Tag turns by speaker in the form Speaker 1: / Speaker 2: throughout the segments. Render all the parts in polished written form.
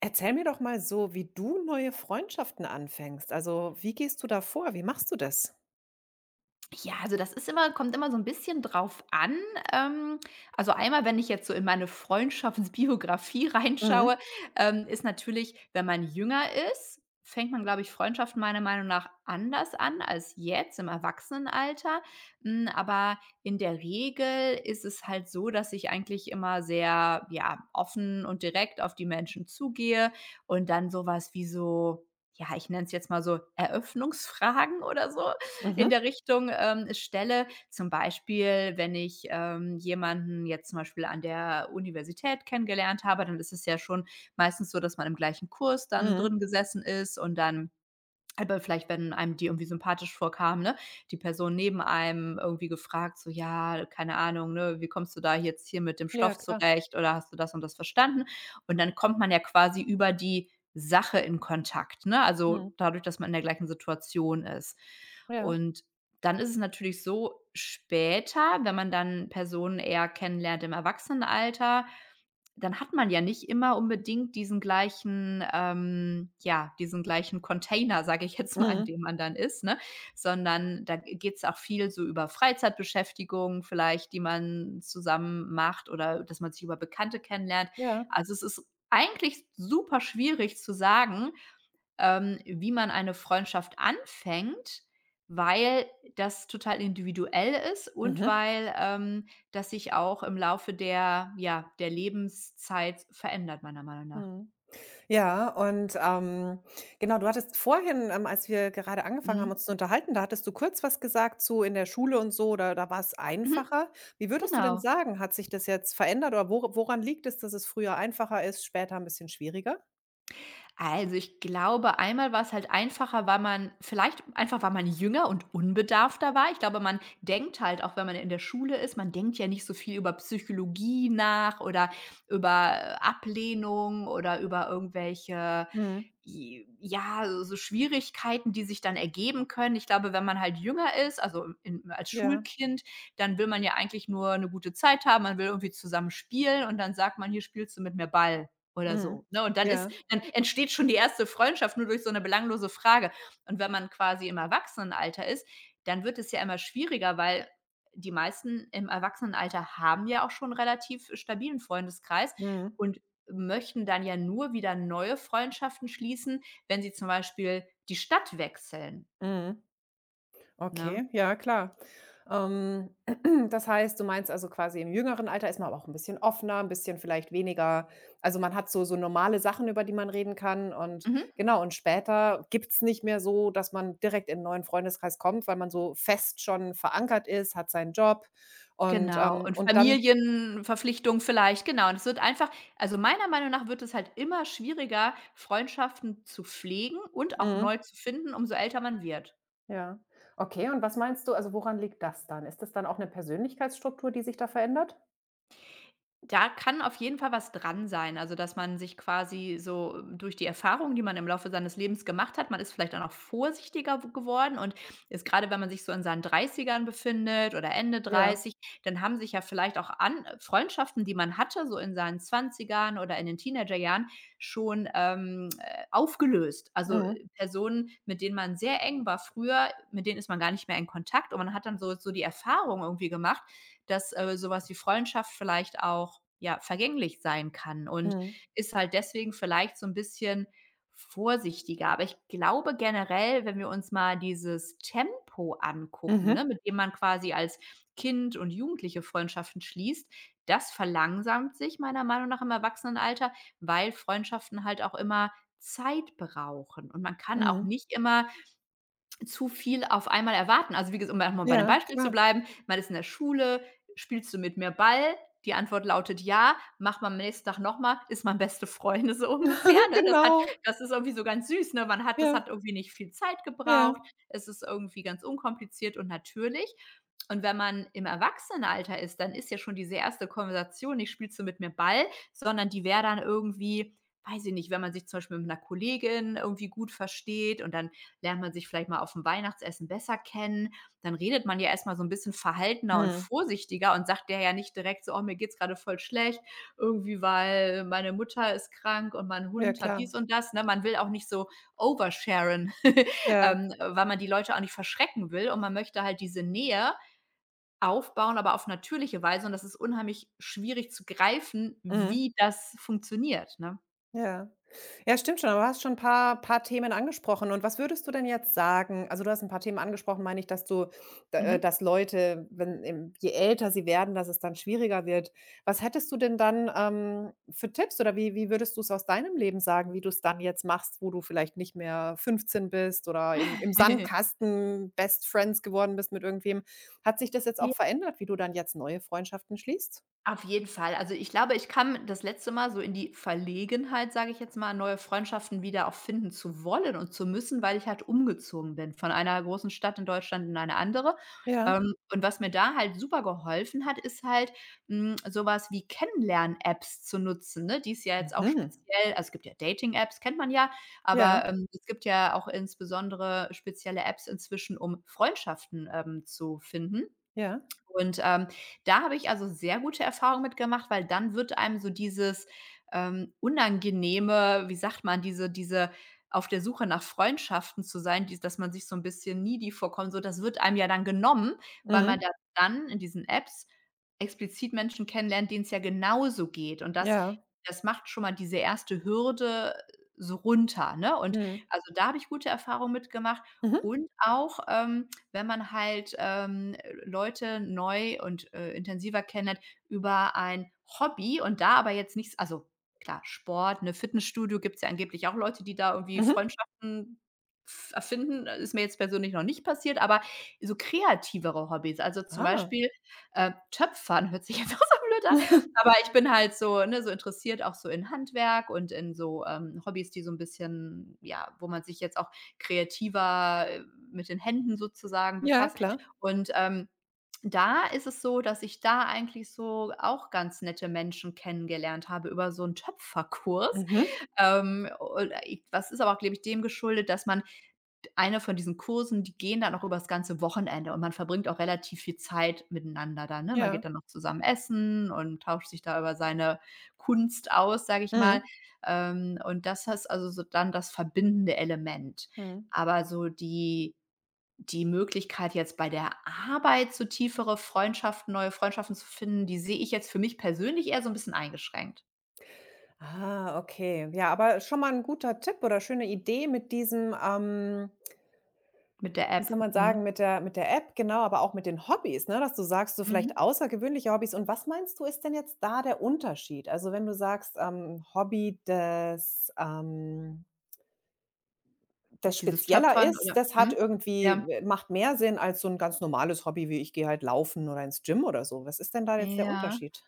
Speaker 1: Erzähl mir doch mal so, wie du neue Freundschaften anfängst. Also, wie gehst du da vor? Wie machst du das?
Speaker 2: Ja, also das ist immer kommt immer so ein bisschen drauf an. Ähm, also einmal, wenn ich jetzt so in meine Freundschaftsbiografie reinschaue,
Speaker 1: Mhm.
Speaker 2: ist natürlich, wenn man jünger ist, fängt man, glaube ich, Freundschaften meiner Meinung nach anders an als jetzt im Erwachsenenalter. Aber in der Regel ist es halt so, dass ich eigentlich immer sehr, ja, offen und direkt auf die Menschen zugehe und dann sowas wie so ja, ich nenne es jetzt mal so Eröffnungsfragen oder so, in
Speaker 1: Mhm.
Speaker 2: der Richtung, stelle. Zum Beispiel, wenn ich, jemanden jetzt zum Beispiel an der Universität kennengelernt habe, dann ist es ja schon meistens so, dass man im gleichen Kurs dann
Speaker 1: Mhm.
Speaker 2: drin gesessen ist und dann aber vielleicht, wenn einem die irgendwie sympathisch vorkam, ne, die Person neben einem irgendwie gefragt, so: „Ja, keine Ahnung, ne, wie kommst du da jetzt hier mit dem
Speaker 1: Ja,
Speaker 2: Stoff
Speaker 1: klar.
Speaker 2: zurecht oder hast du das und das verstanden?“ Und dann kommt man ja quasi über die Sache in Kontakt, ne? Also,
Speaker 1: Mhm.
Speaker 2: dadurch, dass man in der gleichen Situation ist.
Speaker 1: Ja.
Speaker 2: Und dann ist es natürlich so, später, wenn man dann Personen eher kennenlernt im Erwachsenenalter, dann hat man ja nicht immer unbedingt diesen gleichen Container, sage ich jetzt mal, in
Speaker 1: Mhm.
Speaker 2: dem man dann ist, ne? Sondern da geht's auch viel so über Freizeitbeschäftigung vielleicht, die man zusammen macht oder dass man sich über Bekannte kennenlernt.
Speaker 1: Ja.
Speaker 2: Also, es ist eigentlich super schwierig zu sagen, wie man eine Freundschaft anfängt, weil das total individuell ist und
Speaker 1: Mhm.
Speaker 2: weil, das sich auch im Laufe der Lebenszeit verändert, meiner Meinung nach.
Speaker 1: Mhm. Ja, und, genau, du hattest vorhin, als wir gerade angefangen haben,
Speaker 2: Mhm.
Speaker 1: uns zu unterhalten, da hattest du kurz was gesagt zu in der Schule und so, da war es
Speaker 2: Mhm.
Speaker 1: einfacher. Wie würdest du denn
Speaker 2: Genau.
Speaker 1: sagen, hat sich das jetzt verändert oder woran liegt es, dass es früher einfacher ist, später ein bisschen schwieriger?
Speaker 2: Also, ich glaube, einmal war es halt einfacher, weil man vielleicht einfach, weil man jünger und unbedarfter war. Ich glaube, man denkt halt, auch wenn man in der Schule ist, man denkt ja nicht so viel über Psychologie nach oder über Ablehnung oder über irgendwelche,
Speaker 1: Mhm.
Speaker 2: j ja, so Schwierigkeiten, die sich dann ergeben können. Ich glaube, wenn man halt jünger ist, also in als
Speaker 1: Ja.
Speaker 2: Schulkind, dann will man ja eigentlich nur eine gute Zeit haben, man will irgendwie zusammen spielen und dann sagt man: „Hier spielst du mit mir Ball.“, oder
Speaker 1: Mhm.
Speaker 2: so, ne? Und
Speaker 1: Ja.
Speaker 2: dann entsteht schon die erste Freundschaft nur durch so eine belanglose Frage. Und wenn man quasi im Erwachsenenalter ist, dann wird es ja immer schwieriger, weil die meisten im Erwachsenenalter haben ja auch schon einen relativ stabilen Freundeskreis
Speaker 1: Mhm.
Speaker 2: und möchten dann ja nur wieder neue Freundschaften schließen wenn sie zum Beispiel die Stadt wechseln,
Speaker 1: Mhm.
Speaker 2: ne?
Speaker 1: Okay, ja, klar. Ähm, Das heißt, du meinst also quasi im jüngeren Alter ist man aber auch ein bisschen offener, ein bisschen vielleicht weniger, also man hat so normale Sachen, über die man reden kann, und
Speaker 2: Mhm.
Speaker 1: genau, und später gibt's nicht mehr so, dass man direkt in 'n neuen Freundeskreis kommt, weil man so fest schon verankert ist, hat seinen Job und,
Speaker 2: Genau,
Speaker 1: ähm
Speaker 2: und
Speaker 1: und dann
Speaker 2: Familienverpflichtung vielleicht, genau. Und es wird einfach, also, meiner Meinung nach wird es halt immer schwieriger, Freundschaften zu pflegen und auch
Speaker 1: mhm,
Speaker 2: neu zu finden, umso älter man wird.
Speaker 1: ja. Okay, und was meinst du, also, woran liegt das dann? Ist das dann auch eine Persönlichkeitsstruktur, die sich da verändert?
Speaker 2: Da kann auf jeden Fall was dran sein. Also, dass man sich quasi so, durch die Erfahrungen, die man im Laufe seines Lebens gemacht hat, man ist vielleicht auch noch vorsichtiger w geworden und ist, gerade, wenn man sich so in seinen Dreißigern befindet oder Ende
Speaker 1: Ja.
Speaker 2: Dreißig, dann haben sich ja vielleicht auch an Freundschaften, die man hatte, so in seinen Zwanzigern oder in den Teenagerjahren schon, aufgelöst. Also,
Speaker 1: Mhm.
Speaker 2: Personen, mit denen man sehr eng war früher, mit denen ist man gar nicht mehr in Kontakt und man hat dann so die Erfahrung irgendwie gemacht, dass, so wie Freundschaft vielleicht auch, ja, vergänglich sein kann und
Speaker 1: Mhm.
Speaker 2: ist halt deswegen vielleicht so ein bisschen vorsichtiger. Aber ich glaube generell, wenn wir uns mal dieses Tempo angucken, ne,
Speaker 1: Mhm.
Speaker 2: mit dem man quasi als Kind und Jugendliche Freundschaften schließt, das verlangsamt sich meiner Meinung nach im Erwachsenenalter, weil Freundschaften halt auch immer Zeit brauchen und man kann auch
Speaker 1: Mhm.
Speaker 2: nicht immer zu viel auf einmal erwarten Also, wie gesagt, um noch bei dem
Speaker 1: Ja,
Speaker 2: Beispiel zu
Speaker 1: klar.
Speaker 2: bleiben, man ist in der Schule: „Spielst du mit mir Ball?“ Die Antwort lautet „Ja“, macht man am nächsten Tag nochmal? Mal, ist man beste Freunde so ungefähr, ne? Das hat
Speaker 1: Genau.
Speaker 2: das ist irgendwie so ganz süß, ne? Man hat das
Speaker 1: Ja,
Speaker 2: hat irgendwie nicht viel Zeit
Speaker 1: ja.
Speaker 2: gebraucht. Es ist irgendwie ganz unkompliziert und natürlich. Und wenn man im Erwachsenenalter ist, dann ist ja schon diese erste Konversation nicht: „Spielst du mit mir Ball?“, sondern die wäre dann irgendwie, weiß ich nicht, wenn man sich zum Beispiel mit einer Kollegin irgendwie gut versteht und dann lernt man sich vielleicht mal auf dem Weihnachtsessen besser kennen. Dann redet man ja erst mal so ein bisschen verhaltener und
Speaker 1: Mhm.
Speaker 2: vorsichtiger und sagt der ja nicht direkt so: „Oh, mir geht's gerade voll schlecht, irgendwie, weil meine Mutter ist krank und mein
Speaker 1: Ja,
Speaker 2: Hund hat
Speaker 1: klar.
Speaker 2: dies und das“, ne? Man will auch nicht so oversharen,
Speaker 1: Ja.
Speaker 2: weil man die Leute auch nicht verschrecken will und man möchte halt diese Nähe aufbauen, aber auf natürliche Weise, und das ist unheimlich schwierig zu greifen,
Speaker 1: Mhm.
Speaker 2: wie das funktioniert, ne?
Speaker 1: Ja. Ja, stimmt schon, aber du hast schon ein paar Themen angesprochen. Und was würdest du denn jetzt sagen, also, du hast ein paar Themen angesprochen, meine ich, dass du d
Speaker 2: Mhm.
Speaker 1: dass Leute, wenn im je älter sie werden, dass es dann schwieriger wird. Was hättest du denn dann, für Tipps, oder wie würdest du es aus deinem Leben sagen, wie du es dann jetzt machst, wo du vielleicht nicht mehr 15 bist oder im Sandkasten Best Friends geworden bist mit irgendwem? Hat sich das jetzt auch verändert, wie du dann jetzt neue Freundschaften schließt?
Speaker 2: Auf jeden Fall. Also, ich glaube, ich kam das letzte Mal so in die Verlegenheit, sage ich jetzt mal, neue Freundschaften wieder auch finden zu wollen und zu müssen, weil ich halt umgezogen bin von einer großen Stadt in Deutschland in eine andere.
Speaker 1: Ja.
Speaker 2: Und was mir da halt super geholfen hat, ist halt, so wie Kennenlern-Apps zu nutzen, ne, die es ja jetzt auch
Speaker 1: Mhm.
Speaker 2: speziell, also, es gibt ja Dating-Apps, kennt man ja,
Speaker 1: Ja,
Speaker 2: aber, es gibt ja auch insbesondere spezielle Apps inzwischen, um Freundschaften, zu finden.
Speaker 1: ja.
Speaker 2: Und, da habe ich also sehr gute Erfahrungen mitgemacht, weil dann wird einem so dieses, unangenehme, wie sagt man, diese auf der Suche nach Freundschaften zu sein, dies dass man sich so ein bisschen needy vorkommt, so das wird einem ja dann genommen, weil man
Speaker 1: Mhm.
Speaker 2: ja dann in diesen Apps explizit Menschen kennenlernt, denen es ja genauso geht. Und das
Speaker 1: Ja.
Speaker 2: das macht schon mal diese erste Hürde so runter, ne? Und
Speaker 1: Mhm.
Speaker 2: also, da habe ich gute Erfahrungen mitgemacht
Speaker 1: Mhm.
Speaker 2: und auch, wenn man halt, Leute neu und, intensiver kennenlernt über ein Hobby und da aber jetzt nichts, also klar, Sport, ne, Fitnessstudio, gibt es ja angeblich auch Leute, die da irgendwie
Speaker 1: Mhm.
Speaker 2: Freundschaften f erfinden. Ist mir jetzt persönlich noch nicht passiert, aber so kreativere Hobbys, also zum
Speaker 1: Ah.
Speaker 2: Beispiel, Töpfern hört sich jetzt auch so blöd an, aber ich bin halt so, ne, so interessiert auch so in Handwerk und in so, Hobbys, die so ein bisschen, ja, wo man sich jetzt auch kreativer, mit den Händen sozusagen
Speaker 1: Ja,
Speaker 2: befasst.
Speaker 1: klar.
Speaker 2: Und, da ist es so, dass ich da eigentlich so auch ganz nette Menschen kennengelernt habe über so einen Töpferkurs.
Speaker 1: Mhm.
Speaker 2: Und, was ist aber auch, glaube ich, dem geschuldet, dass man eine von diesen Kursen, die gehen dann auch über das ganze Wochenende und man verbringt auch relativ viel Zeit miteinander dann, ne? Man
Speaker 1: Ja.
Speaker 2: geht dann noch zusammen essen und tauscht sich da über seine Kunst aus, sage ich mal.
Speaker 1: Mhm.
Speaker 2: Und das ist also so dann das verbindende Element.
Speaker 1: Mhm.
Speaker 2: Aber so die Möglichkeit, jetzt bei der Arbeit so tiefere Freundschaften, neue Freundschaften zu finden, die sehe ich jetzt für mich persönlich eher so ein bisschen eingeschränkt
Speaker 1: Ah, okay. Ja, aber schon mal ein guter Tipp oder schöne Idee mit diesem,
Speaker 2: mit der
Speaker 1: wie
Speaker 2: App.
Speaker 1: soll man
Speaker 2: Mhm.
Speaker 1: sagen, mit der App, genau, aber auch mit den Hobbys, ne, dass du sagst, so vielleicht
Speaker 2: Mhm.
Speaker 1: außergewöhnliche Hobbys. Und was meinst du, ist denn jetzt da der Unterschied? Also, wenn du sagst, Hobby, das
Speaker 2: Dieses
Speaker 1: spezieller
Speaker 2: Töpfern
Speaker 1: ist,
Speaker 2: oder
Speaker 1: das hat irgendwie
Speaker 2: Ja.
Speaker 1: macht mehr Sinn als so 'n ganz normales Hobby wie ich gehe halt laufen oder ins Gym oder so. Was ist denn da jetzt der
Speaker 2: Ja.
Speaker 1: Unterschied?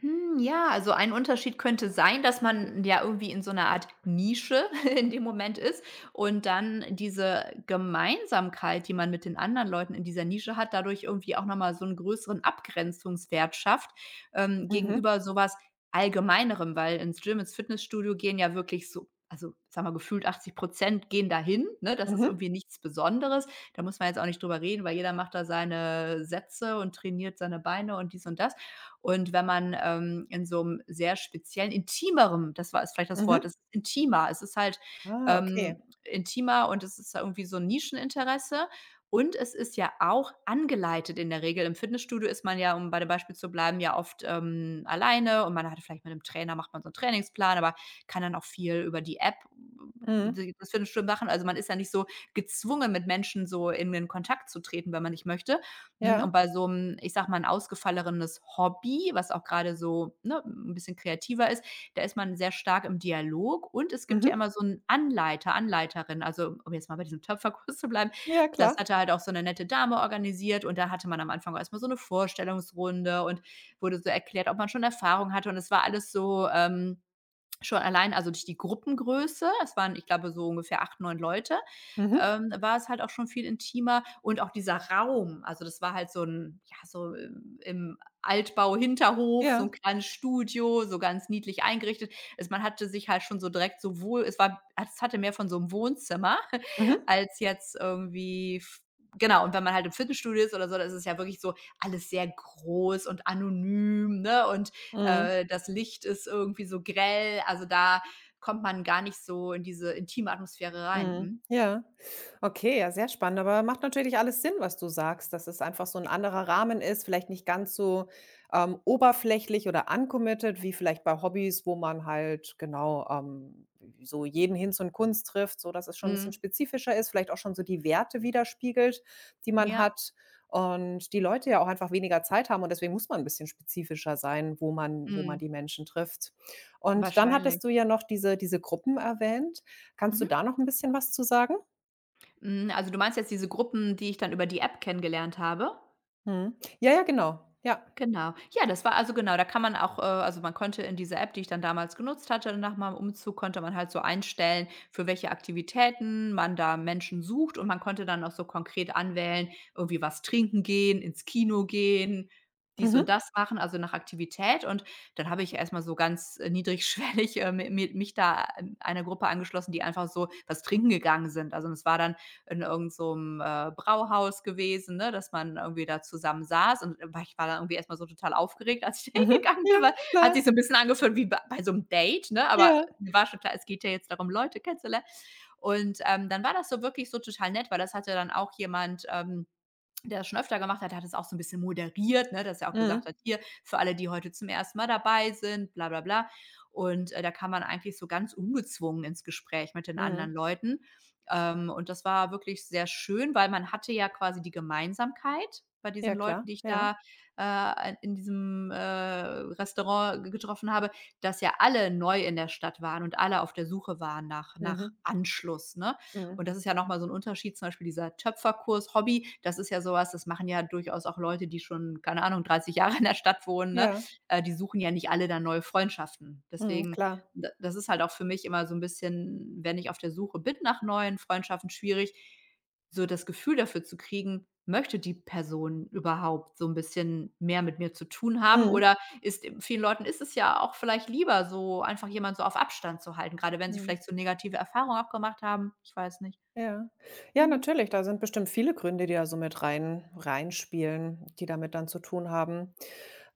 Speaker 2: Ja, also ein Unterschied könnte sein, dass man ja irgendwie in so einer Art Nische in dem Moment ist und dann diese Gemeinsamkeit, die man mit den anderen Leuten in dieser Nische hat, dadurch irgendwie auch noch mal so einen größeren Abgrenzungswert schafft,
Speaker 1: Mhm,
Speaker 2: gegenüber sowas Allgemeinerem, weil ins Gym, ins Fitnessstudio gehen ja wirklich so, also, sage mal, gefühlt 80 gehen dahin, ne? Das ist
Speaker 1: mhm,
Speaker 2: irgendwie nichts Besonderes. Da muss man jetzt auch nicht drüber reden, weil jeder macht da seine Sätze und trainiert seine Beine und dies und das. Und wenn man, in so einem sehr speziellen intimerem, das war ist vielleicht das Wort,
Speaker 1: mhm.
Speaker 2: es ist intimer. Es ist halt,
Speaker 1: Ah,
Speaker 2: ähm,
Speaker 1: okay.
Speaker 2: intimer und es ist irgendwie so ein Nischeninteresse und es ist ja auch angeleitet in der Regel. Im Fitnessstudio ist man ja, um bei dem Beispiel zu bleiben, ja oft, alleine und man hat vielleicht mit 'nem Trainer macht man so einen Trainingsplan, aber kann dann auch viel über die App
Speaker 1: Mhm.
Speaker 2: das Fitnessstudio machen. Also, man ist ja nicht so gezwungen, mit Menschen so in den Kontakt zu treten, wenn man nicht möchte.
Speaker 1: Ja.
Speaker 2: Und bei so einem, ich sag mal, 'n ausgefallenes Hobby, was auch gerade so, ne, 'n bisschen kreativer ist, da ist man sehr stark im Dialog und es gibt ja
Speaker 1: Mhm.
Speaker 2: immer so einen Anleiter, Anleiterin. Also, um jetzt mal bei diesem Töpferkurs zu bleiben,
Speaker 1: Ja,
Speaker 2: das
Speaker 1: klar.
Speaker 2: hatte halt auch so eine nette Dame organisiert und da hatte man am Anfang erst mal so eine Vorstellungsrunde und wurde so erklärt, ob man schon Erfahrung hatte und es war alles so, schon allein also durch die Gruppengröße, es waren, ich glaube, so ungefähr 8, 9 Leute,
Speaker 1: Mhm.
Speaker 2: war es halt auch schon viel intimer und auch dieser Raum. Also, das war halt so ein ja, so im Altbau-Hinterhof, so ein
Speaker 1: Ja.
Speaker 2: kleines Studio, so ganz niedlich eingerichtet. Also, man hatte sich halt schon so direkt so wohl es war es hatte mehr von so einem Wohnzimmer
Speaker 1: Mhm.
Speaker 2: als jetzt irgendwie f genau, und wenn man halt im Fitnessstudio ist oder so, da ist es ja wirklich so alles sehr groß und anonym, ne, und,
Speaker 1: Mhm.
Speaker 2: das Licht ist irgendwie so grell. Also, da kommt man gar nicht so in diese intime Atmosphäre rein.
Speaker 1: Mhm.
Speaker 2: Mhm.
Speaker 1: Ja. Okay, ja, sehr spannend, aber macht natürlich alles Sinn, was du sagst, dass es einfach so ein anderer Rahmen ist, vielleicht nicht ganz so, oberflächlich oder uncommitted wie vielleicht bei Hobbys, wo man halt genau, so jeden Hinz und Kunst trifft, so, dass es schon ein bisschen
Speaker 2: Mhm.
Speaker 1: spezifischer ist, vielleicht auch schon so die Werte widerspiegelt, die man
Speaker 2: Ja,
Speaker 1: hat, und die Leute ja auch einfach weniger Zeit haben und deswegen muss man ein bisschen spezifischer sein, wo man
Speaker 2: mhm,
Speaker 1: die Menschen trifft. Und dann hattest
Speaker 2: wahrscheinlich.
Speaker 1: du ja noch diese Gruppen erwähnt. Kannst du
Speaker 2: Mhm.
Speaker 1: da noch ein bisschen was zu sagen?
Speaker 2: Hm, also, du meinst jetzt diese Gruppen, die ich dann über die App kennengelernt habe?
Speaker 1: Mhm. Ja, ja, genau. Ja.
Speaker 2: Genau. Ja, das war also genau, da kann man auch also man konnte in dieser App, die ich dann damals genutzt hatte nach meinem Umzug, konnte man halt so einstellen, für welche Aktivitäten man da Menschen sucht und man konnte dann auch so konkret anwählen, irgendwie was trinken gehen, ins Kino gehen, dies und
Speaker 1: Mhm.
Speaker 2: das machen, also nach Aktivität. Und dann habe ich erst mal so ganz, niedrigschwellig, mi mi mich da, einer Gruppe angeschlossen, die einfach so was trinken gegangen sind. Also, es war dann in irgend so 'nem, Brauhaus gewesen, ne, dass man irgendwie da zusammen saß und war ich war dann irgendwie erst mal so total aufgeregt, als ich da
Speaker 1: Mhm.
Speaker 2: hingegangen
Speaker 1: Ja,
Speaker 2: bin, weil hat
Speaker 1: klar.
Speaker 2: sich so 'n bisschen angefühlt wie bei so 'm Date, ne, aber
Speaker 1: Ja.
Speaker 2: mir war schon klar, es geht ja jetzt darum, Leute kennenzulernen. Und, dann war das so wirklich so total nett, weil das hatte dann auch jemand, der das schon öfter gemacht hat, der hat es auch so ein bisschen moderiert, ne, dass er auch gesagt
Speaker 1: Mhm.
Speaker 2: hat: „Hier, für alle, die heute zum ersten Mal dabei sind, bla bla bla.“ Und, da kam man eigentlich so ganz ungezwungen ins Gespräch mit den anderen
Speaker 1: Mhm.
Speaker 2: Leuten. Und das war wirklich sehr schön, weil man hatte ja quasi die Gemeinsamkeit bei
Speaker 1: Ja,
Speaker 2: diesen
Speaker 1: klar.
Speaker 2: Leuten, die ich
Speaker 1: Ja.
Speaker 2: da, in diesem, Restaurant ge getroffen habe, dass ja alle neu in der Stadt waren und alle auf der Suche waren nach
Speaker 1: Mhm.
Speaker 2: Anschluss, ne?
Speaker 1: Mhm.
Speaker 2: Und das ist ja noch mal so ein Unterschied, zum Beispiel dieser Töpferkurs, Hobby, das ist ja sowas, das machen ja durchaus auch Leute, die schon, keine Ahnung, 30 Jahre in der Stadt wohnen, ne?
Speaker 1: Ja.
Speaker 2: Die suchen ja nicht alle dann neue Freundschaften.
Speaker 1: Mhm,
Speaker 2: Deswegen,
Speaker 1: klar.
Speaker 2: d das ist halt auch für mich immer so ein bisschen, wenn ich auf der Suche bin nach neuen Freundschaften, schwierig, so das Gefühl dafür zu kriegen, möchte die Person überhaupt so ein bisschen mehr mit mir zu tun haben
Speaker 1: Mhm.
Speaker 2: oder ist vielen Leuten ist es ja auch vielleicht lieber, so einfach jemanden so auf Abstand zu halten, grade wenn sie
Speaker 1: Mhm.
Speaker 2: vielleicht so negative Erfahrungen auch gemacht haben. Ich weiß nicht.
Speaker 1: Ja. Ja,
Speaker 2: Mhm.
Speaker 1: natürlich, da sind bestimmt viele Gründe, die da so mit reinspielen, die damit dann zu tun haben.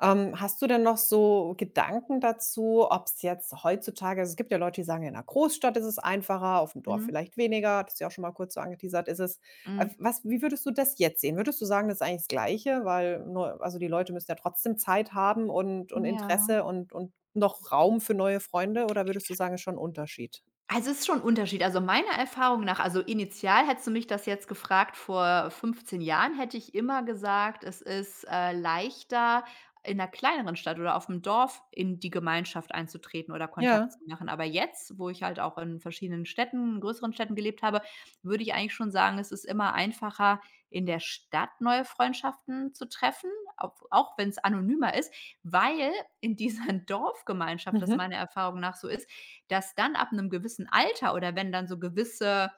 Speaker 1: Hast du denn noch so Gedanken dazu, ob es jetzt heutzutage, also, es gibt ja Leute, die sagen: „In einer Großstadt ist es einfacher, auf dem Dorf
Speaker 2: Mhm.
Speaker 1: vielleicht weniger.“ Das du ja auch schon mal kurz so angeteasert, ist es
Speaker 2: Mhm.
Speaker 1: was wie würdest du das jetzt sehen? Würdest du sagen, das ist eigentlich das Gleiche, weil neu, also, die Leute müssen ja trotzdem Zeit haben und
Speaker 2: Ja.
Speaker 1: Interesse und noch Raum für neue Freunde, oder würdest du sagen, ist schon 'n Unterschied?
Speaker 2: Also, es ist schon 'n Unterschied. Also, meiner Erfahrung nach also, initial hättest du mich das jetzt gefragt vor 15 Jahren, hätte ich immer gesagt, es ist, leichter, in einer kleineren Stadt oder auf dem Dorf in die Gemeinschaft einzutreten oder Kontakt zu
Speaker 1: Ja.
Speaker 2: machen. Aber jetzt, wo ich halt auch in verschiedenen Städten größeren Städten gelebt habe, würde ich eigentlich schon sagen, es ist immer einfacher, in der Stadt neue Freundschaften zu treffen, auch wenn es anonymer ist, weil in dieser Dorfgemeinschaft das
Speaker 1: Mhm.
Speaker 2: meiner Erfahrung nach so ist dass dann ab einem gewissen Alter oder wenn dann so gewisse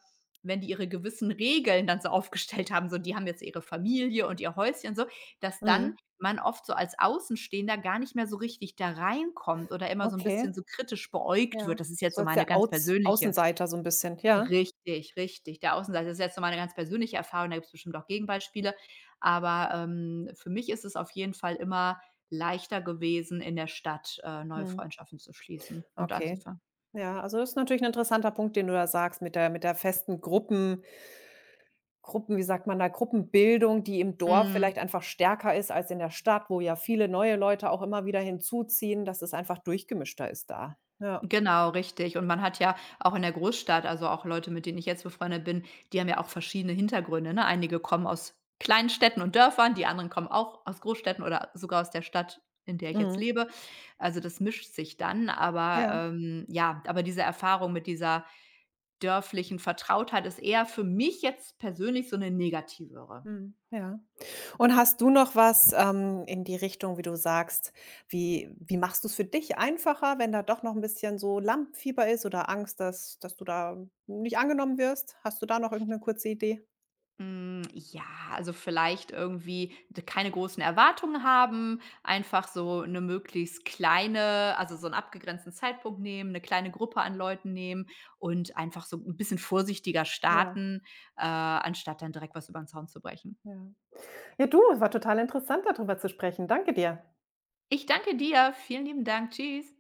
Speaker 2: wenn die ihre gewissen Regeln dann so aufgestellt haben, so die haben jetzt ihre Familie und ihr Häuschen so, dass dann
Speaker 1: Mhm.
Speaker 2: man oft so als Außenstehender gar nicht mehr so richtig da reinkommt oder immer so 'n
Speaker 1: Okay.
Speaker 2: bisschen so kritisch beäugt
Speaker 1: Ja.
Speaker 2: wird. Das ist jetzt
Speaker 1: So
Speaker 2: so
Speaker 1: als
Speaker 2: meine
Speaker 1: der
Speaker 2: ganz
Speaker 1: Aus
Speaker 2: persönliche
Speaker 1: Außenseiter so ein bisschen. Ja.
Speaker 2: richtig, richtig, der Außenseiter. Das ist jetzt so meine ganz persönliche Erfahrung, da gibt's bestimmt auch Gegenbeispiele, aber, für mich ist es auf jeden Fall immer leichter gewesen, in der Stadt, neue
Speaker 1: Mhm.
Speaker 2: Freundschaften zu schließen und
Speaker 1: Okay.
Speaker 2: anzufangen.
Speaker 1: Ja, also das ist natürlich ein interessanter Punkt, den du da sagst, mit der festen Gruppen, wie sagt man da, Gruppenbildung, die im Dorf
Speaker 2: Mhm.
Speaker 1: vielleicht einfach stärker ist als in der Stadt, wo ja viele neue Leute auch immer wieder hinzuziehen, dass es einfach durchgemischter ist da. Ja.
Speaker 2: Genau, richtig. Und man hat ja auch in der Großstadt also auch Leute, mit denen ich jetzt befreundet bin, die haben ja auch verschiedene Hintergründe, ne? Einige kommen aus kleinen Städten und Dörfern, die anderen kommen auch aus Großstädten oder sogar aus der Stadt, in der ich jetzt
Speaker 1: Mhm.
Speaker 2: lebe. Also, das mischt sich dann, aber,
Speaker 1: Ja.
Speaker 2: ja aber diese Erfahrung mit dieser dörflichen Vertrautheit ist eher für mich jetzt persönlich so eine negativere.
Speaker 1: Mhm. Ja. Und hast du noch was, in die Richtung, wie du sagst, wie machst du es für dich einfacher, wenn da doch noch ein bisschen so Lampenfieber ist oder Angst, dass du da nicht angenommen wirst? Hast du da noch irgend 'ne kurze Idee?
Speaker 2: Hm, ja, also vielleicht irgendwie d keine großen Erwartungen haben, einfach so eine möglichst kleine also, so einen abgegrenzten Zeitpunkt nehmen, eine kleine Gruppe an Leuten nehmen und einfach so ein bisschen vorsichtiger
Speaker 1: Ja,
Speaker 2: starten, anstatt dann direkt was über den Zaun zu brechen.
Speaker 1: ja. Ja, du, es war total interessant, darüber zu sprechen. Danke dir.
Speaker 2: Ich danke dir. Vielen lieben Dank. Tschüss.